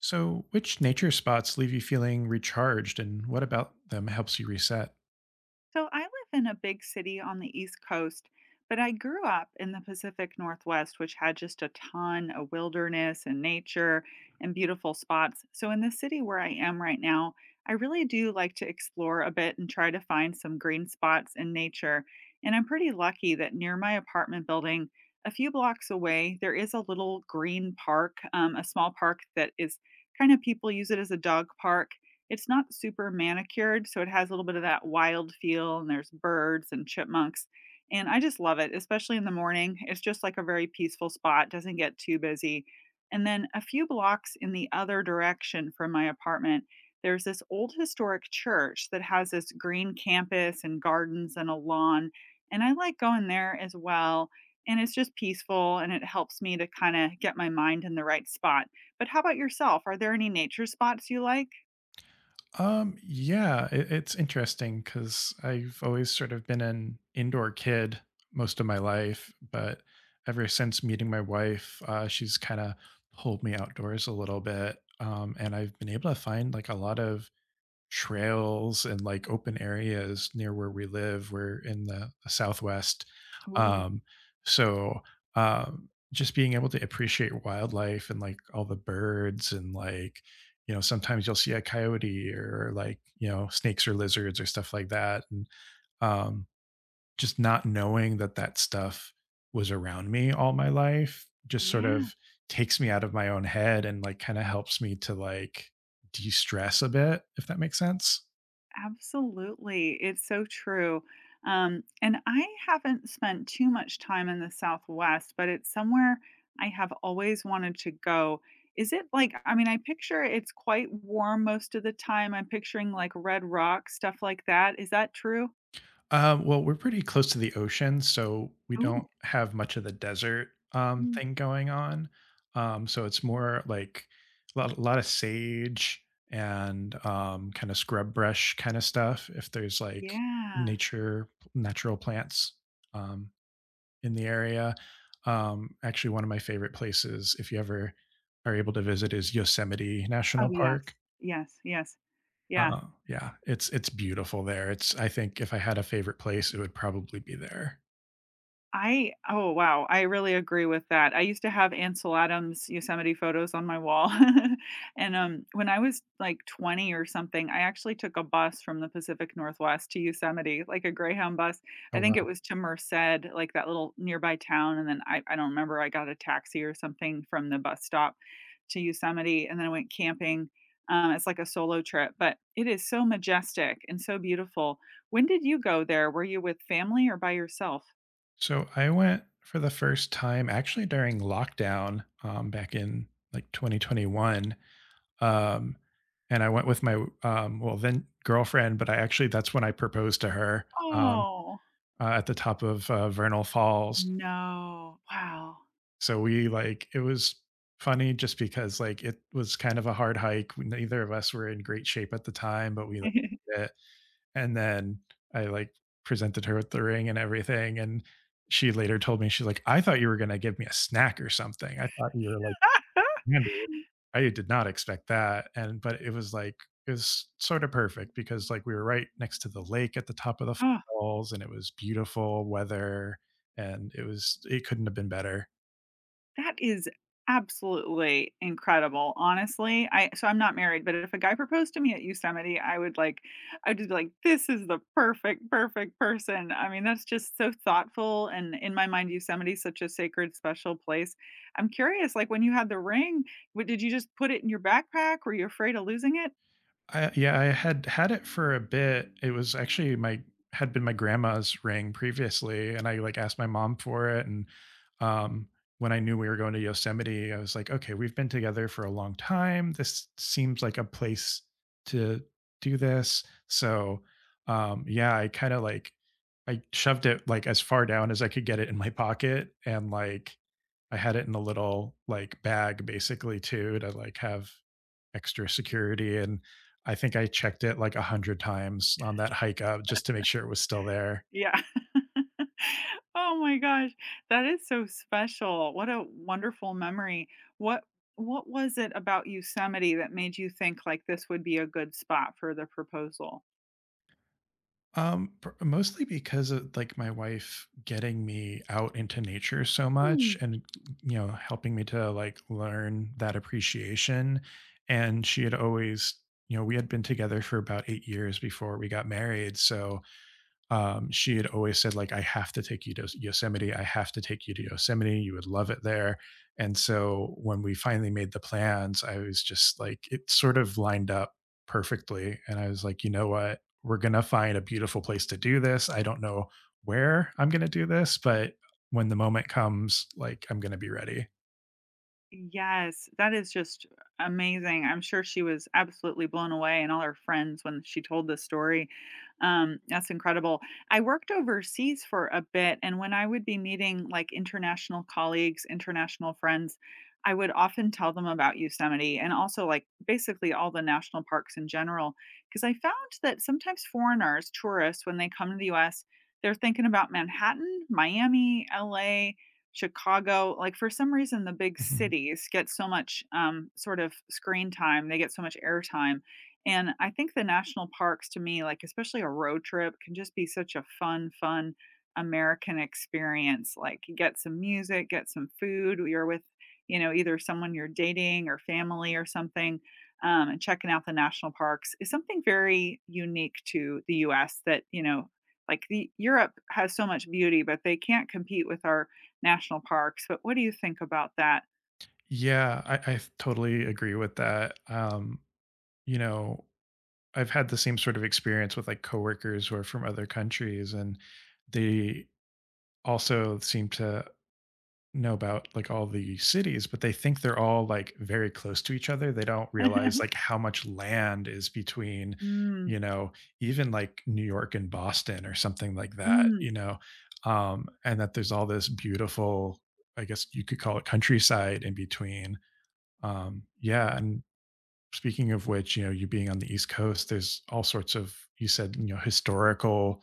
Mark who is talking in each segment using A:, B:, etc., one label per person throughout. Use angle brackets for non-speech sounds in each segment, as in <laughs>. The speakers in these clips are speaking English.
A: So, which nature spots leave you feeling recharged, and what about them helps you reset?
B: So I live in a big city on the East Coast, but I grew up in the Pacific Northwest, which had just a ton of wilderness and nature and beautiful spots. So in the city where I am right now, I really do like to explore a bit and try to find some green spots and nature. And I'm pretty lucky that near my apartment building, a few blocks away, there is a little green park, a small park that is kind of people use it as a dog park, it's not super manicured, so it has a little bit of that wild feel, and there's birds and chipmunks, and I just love it, especially in the morning. It's just like a very peaceful spot, doesn't get too busy. And then a few blocks in the other direction from my apartment, there's this old historic church that has this green campus and gardens and a lawn, and I like going there as well, and it's just peaceful, and it helps me to kinda get my mind in the right spot. But how about yourself? Are there any nature spots you like?
A: It's interesting because I've always sort of been an indoor kid most of my life, but ever since meeting my wife, she's kind of pulled me outdoors a little bit, and I've been able to find like a lot of trails and like open areas near where we live. We're in the Southwest.
B: Ooh.
A: Um, so just being able to appreciate wildlife and like all the birds and like, you know, sometimes you'll see a coyote or like, you know, snakes or lizards or stuff like that. And um, just not knowing that that stuff was around me all my life just sort
B: Yeah,
A: of takes me out of my own head and like kind of helps me to like de stress a bit, if that makes sense.
B: absolutely. It's so true. And I haven't spent too much time in the Southwest, but it's somewhere I have always wanted to go. Is it like, I mean, I picture it's quite warm most of the time. I'm picturing like red rock, stuff like that. Is that true?
A: Well, we're pretty close to the ocean, so we don't
B: Ooh.
A: have much of the desert
B: Mm.
A: thing going on. So it's more like a lot of sage and kind of scrub brush kind of stuff. If there's like
B: Yeah.
A: nature, natural plants um, in the area. Actually, one of my favorite places, if you ever are able to visit, is Yosemite National
B: Oh,
A: Park.
B: yes. Yes. Yes. Yeah.
A: Uh, yeah, it's beautiful there. It's, I think if I had a favorite place, it would probably be there.
B: I oh, wow, I really agree with that. I used to have Ansel Adams Yosemite photos on my wall, <laughs> and, when I was, like, 20 or something, I actually took a bus from the Pacific Northwest to Yosemite, like a Greyhound bus.
A: Oh,
B: I think it
A: wow.
B: was to Merced, like, that little nearby town, and then I don't remember, I got a taxi or something from the bus stop to Yosemite, and then I went camping, it's like a solo trip, but it is so majestic and so beautiful. When did you go there? Were you with family or by yourself?
A: So I went for the first time actually during lockdown, back in like 2021. Um, and I went with my, well, then girlfriend, but I actually, that's when I proposed to her,
B: Oh,
A: at the top of Vernal Falls.
B: no. Wow.
A: So we like it was funny just because like it was kind of a hard hike. Neither of us were in great shape at the time, but we like
B: <laughs>
A: did it. And then I like presented her with the ring and everything. And she later told me, she's like, I thought you were gonna give me a snack or something. I thought you were like handed. I did not expect that. And but it was like it was sort of perfect because like we were right next to the lake at the top of the
B: Oh,
A: falls and it was beautiful weather and it was, it couldn't have been better.
B: that is absolutely incredible, honestly. I so I'm not married, but if a guy proposed to me at Yosemite, I would like I'd just be like, "This is the perfect, perfect person." I mean, that's just so thoughtful, and in my mind, Yosemite's such a sacred, special place. I'm curious, like, when you had the ring, what did you just put it in your backpack? Were you afraid of losing it?
A: I, yeah, I had had it for a bit. It was actually my had been my grandma's ring previously, and I like asked my mom for it. And um, when I knew we were going to Yosemite, I was like, okay, we've been together for a long time. This seems like a place to do this. So yeah, I kind of like I shoved it like as far down as I could get it in my pocket, and like I had it in a little like bag basically too to like have extra security, and I think I checked it like a hundred times on that hike up just to make sure it was still there.
B: Yeah. <laughs> Oh my gosh, that is so special. What a wonderful memory. What what was it about Yosemite that made you think like this would be a good spot for the proposal?
A: Mostly because of like my wife getting me out into nature so much and, you know, helping me to like learn that appreciation. And she had always, you know, we had been together for about 8 years before we got married, so she had always said like, I have to take you to Yosemite, I have to take you to Yosemite, you would love it there. And so when we finally made the plans, I was just like, it sort of lined up perfectly, and I was like, you know what, we're going to find a beautiful place to do this. I don't know where I'm going to do this, but when the moment comes, like, I'm going to be ready.
B: Yes, that is just amazing. I'm sure she was absolutely blown away and all her friends when she told the story. That's incredible. I worked overseas for a bit, and when I would be meeting like international colleagues, international friends, I would often tell them about Yosemite and also like basically all the national parks in general. Because I found that sometimes foreigners, tourists, when they come to the US, they're thinking about Manhattan, Miami, LA, Chicago, like, for some reason, the big
A: Mhm.
B: cities get so much, sort of screen time, they get so much airtime, and I think the national parks to me, like, especially a road trip, can just be such a fun, fun American experience, like, you get some music, get some food, you're with, you know, either someone you're dating or family or something, and checking out the national parks is something very unique to the US that, you know, like, the Europe has so much beauty, but they can't compete with our national parks, but what do you think about that?
A: Yeah, I totally agree with that, you know, I've had the same sort of experience with like coworkers who are from other countries, and they also seem to know about like all the cities, but they think they're all like very close to each other. They don't realize like
B: <laughs>
A: how much land is between,
B: Mm.
A: you know, even like New York and Boston or something like that, you
B: Mm.
A: know, and that there's all this beautiful, I guess you could call it countryside in between. Yeah, and speaking of which, you know, you being on the East Coast, there's all sorts of, you said, you know, historical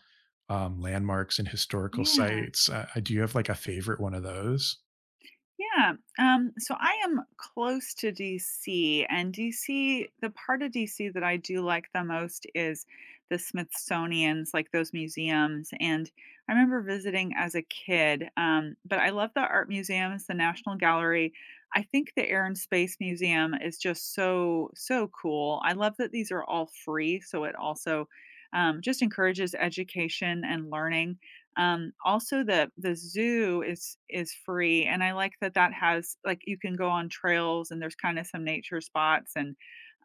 A: landmarks and historical
B: Yeah.
A: sites. Do you have like a favorite one of those?
B: Yeah. So I am close to DC, and DC, the part of DC that I do like the most is the Smithsonian's, like those museums. And I remember visiting as a kid, but I love the art museums, the National Gallery. I think the Air and Space Museum is just so, so cool. I love that these are all free. So it also just encourages education and learning. Also the zoo is free, and I like that that has like, you can go on trails and there's kinda some nature spots, and,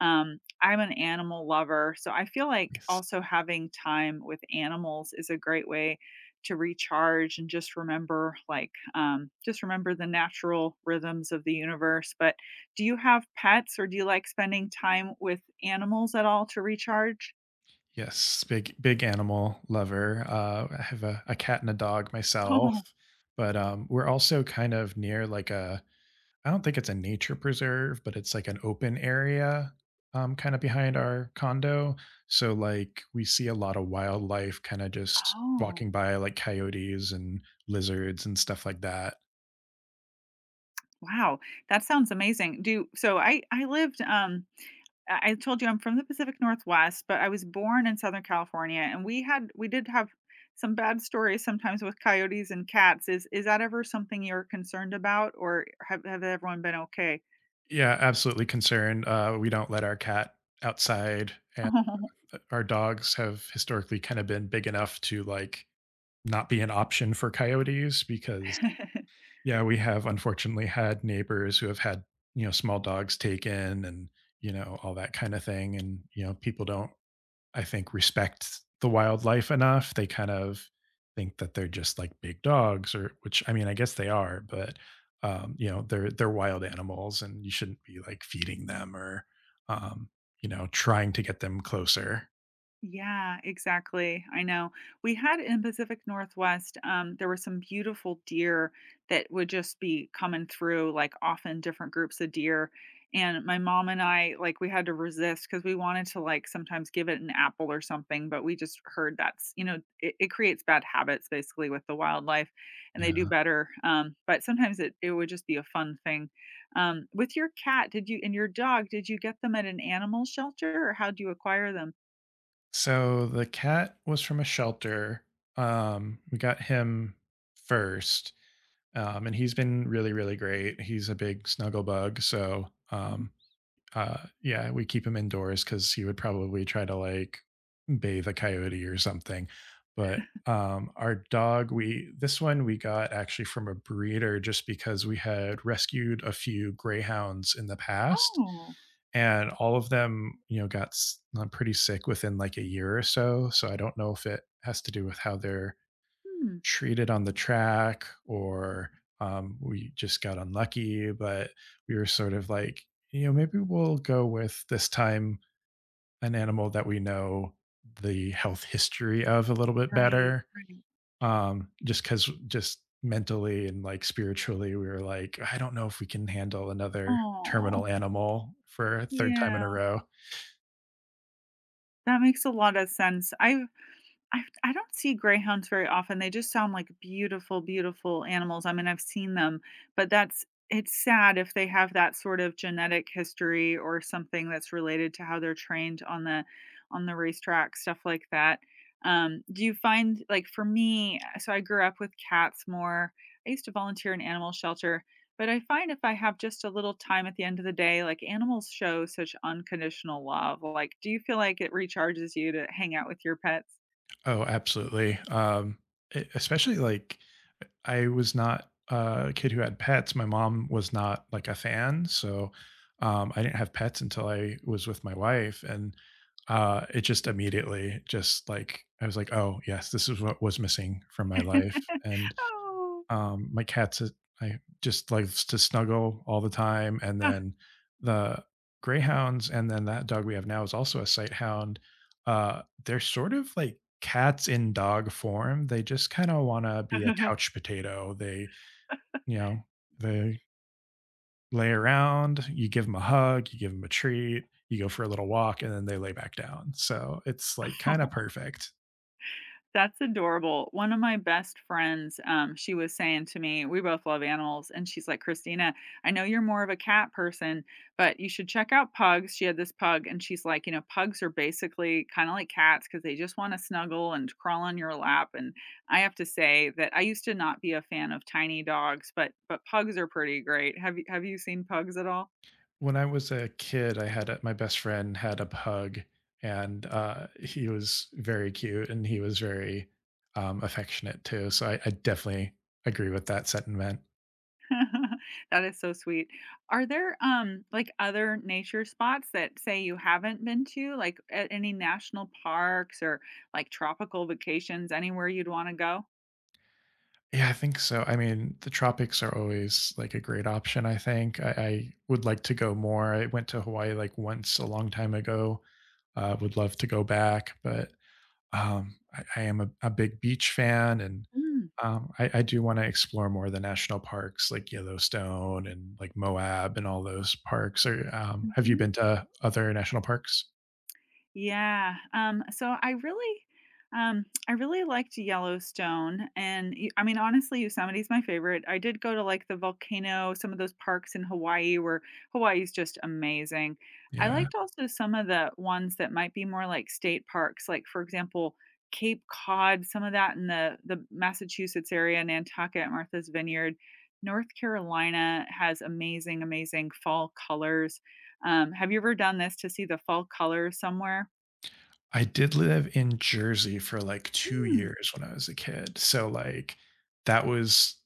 B: I'm an animal lover, so I feel like
A: Yes,
B: also having time with animals is a great way to recharge and just remember, like, just remember the natural rhythms of the universe, but do you have pets or do you like spending time with animals at all to recharge?
A: yes, big animal lover. I have a cat and a dog
B: <laughs>
A: myself,
B: Oh.
A: but we're also kind of near like a, I don't think it's a nature preserve, but it's like an open area, kinda behind our condo. So, like, we see a lot of wildlife kinda just
B: Oh.
A: walking by, like coyotes and lizards and stuff like that.
B: Wow, that sounds amazing. Do so I lived I told you I'm from the Pacific Northwest, but I was born in Southern California and we had we did have some bad stories sometimes with coyotes and cats. Is that ever something you're concerned about or have everyone been okay?
A: Yeah, absolutely concerned. We don't let our cat outside, and
B: <laughs>
A: our dogs have historically kinda been big enough to, like, not be an option for coyotes because,
B: Oh. <laughs>
A: yeah, we have unfortunately had neighbors who have had, you know, small dogs taken, and, you know, all that kind of thing. And, you know, people don't, I think, respect the wildlife enough. They kind of think that they're just like big dogs, or which I mean, I guess they are, but you know, they're wild animals and you shouldn't be like feeding them or um, you know, trying to get them closer.
B: Yeah, exactly. I know. We had in Pacific Northwest, there were some beautiful deer that would just be coming through, like often different groups of deer. And my mom and I, like, we had to resist because we wanted to, like, sometimes give it an apple or something, but we just heard that's, you know, it creates bad habits basically with the wildlife and they do
A: Yeah.
B: better. But sometimes it would just be a fun thing. With your cat, did you, and your dog, did you get them at an animal shelter or how do you acquire them?
A: So the cat was from a shelter. We got him first. And he's been really, really great. He's a big snuggle bug. So, yeah, we keep him indoors because he would probably try to like bathe a coyote or something. But our dog, we this one we got actually from a breeder just because we had rescued a few greyhounds in the past,
B: Oh.
A: and all of them, you know, got pretty sick within like a year or so. So I don't know if it has to do with how they're
B: Hmm.
A: treated on the track or we just got unlucky, but we were sort of like, you know, maybe we'll go with this time an animal that we know the health history of a little bit
B: Right,
A: better.
B: right.
A: Just because, just mentally and like spiritually, we were like, I don't know if we can handle another terminal
B: Oh,
A: animal for a third time in a
B: yeah.
A: row.
B: That makes a lot of sense. I've I don't see greyhounds very often, they just sound like beautiful, beautiful animals, I mean, I've seen them, but that's it's sad if they have that sort of genetic history or something that's related to how they're trained on the racetrack, stuff like that. Do you find like, for me so I grew up with cats more, I used to volunteer in animal shelter, but I find if I have just a little time at the end of the day, like, animals show such unconditional love, like, do you feel like it recharges you to hang out with your pets?
A: Oh, absolutely. Especially like I was not a kid who had pets. My mom was not like a fan, so I didn't have pets until I was with my wife, and it just immediately just like I was like, oh yes, this is what was missing from my life,
B: <laughs>
A: and
B: Oh.
A: my cat's a, I just likes to snuggle all the time, and then
B: <laughs>
A: the greyhounds, and then that dog we have now is also a sight hound. They're sort of like cats in dog form. They just kind of want to be a couch potato. They, you know, they lay around. You give them a hug. You give them a treat. You go for a little walk, and then they lay back down. So it's like kind of
B: Oh,
A: perfect.
B: that's adorable. One of my best friends, she was saying to me we both love animals, and she's like, "Christina, I know you're more of a cat person, but you should check out pugs." She had this pug, and she's like, "You know, pugs are basically kind of like cats because they just want to snuggle and crawl on your lap." And I have to say that I used to not be a fan of tiny dogs, but pugs are pretty great. Have you seen pugs at all?
A: When I was a kid, I had a, my best friend had a pug, and he was very cute and he was very affectionate too. So I definitely agree with that sentiment.
B: <laughs> That is so sweet. Are there, like, other nature spots that, say, you haven't been to? Like, at any national parks or, like, tropical vacations, anywhere you'd wanna go?
A: Yeah, I think so. I mean, the tropics are always like a great option, I think. I would like to go more. I went to Hawaii like once a long time ago. Would love to go back, but I am a big beach fan, and,
B: Mm.
A: I do wanna explore more of the national parks like Yellowstone and, like, Moab and all those parks, or, have you
B: Mhm.
A: been to other national parks?
B: Yeah. So I really liked Yellowstone, and y- I mean, honestly, Yosemite's my favorite. I did go to like the volcano, some of those parks in Hawaii, where Hawaii's just amazing. I
A: Yeah.
B: liked also some of the ones that might be more like state parks, like for example, Cape Cod, some of that in the Massachusetts area, Nantucket, Martha's Vineyard. North Carolina has amazing, amazing fall colors. Have you ever done this to see the fall colors somewhere?
A: I did live in Jersey for, like, 2
B: Mm.
A: years when I was a kid, so, like, that was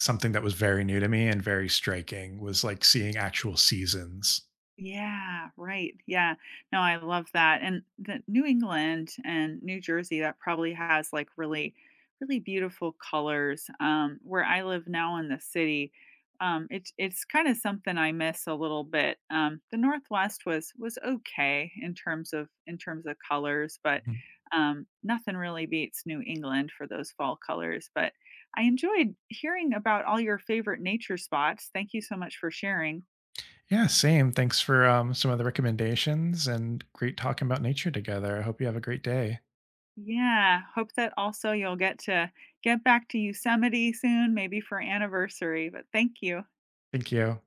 A: something that was very new to me and very striking was, like, seeing actual seasons.
B: Yeah, right. Yeah. No, I love that. And the New England and New Jersey, that probably has like really, really beautiful colors. Where I live now in the city, it's kind of something I miss a little bit. The Northwest was okay in terms of colors, but
A: Mhm.
B: nothing really beats New England for those fall colors. But I enjoyed hearing about all your favorite nature spots. Thank you so much for sharing.
A: Yeah, same. Thanks for some of the recommendations and great talking about nature together. I hope you have a great day.
B: Yeah, hope that also you'll get to get back to Yosemite soon, maybe for anniversary, but thank you.
A: Thank you.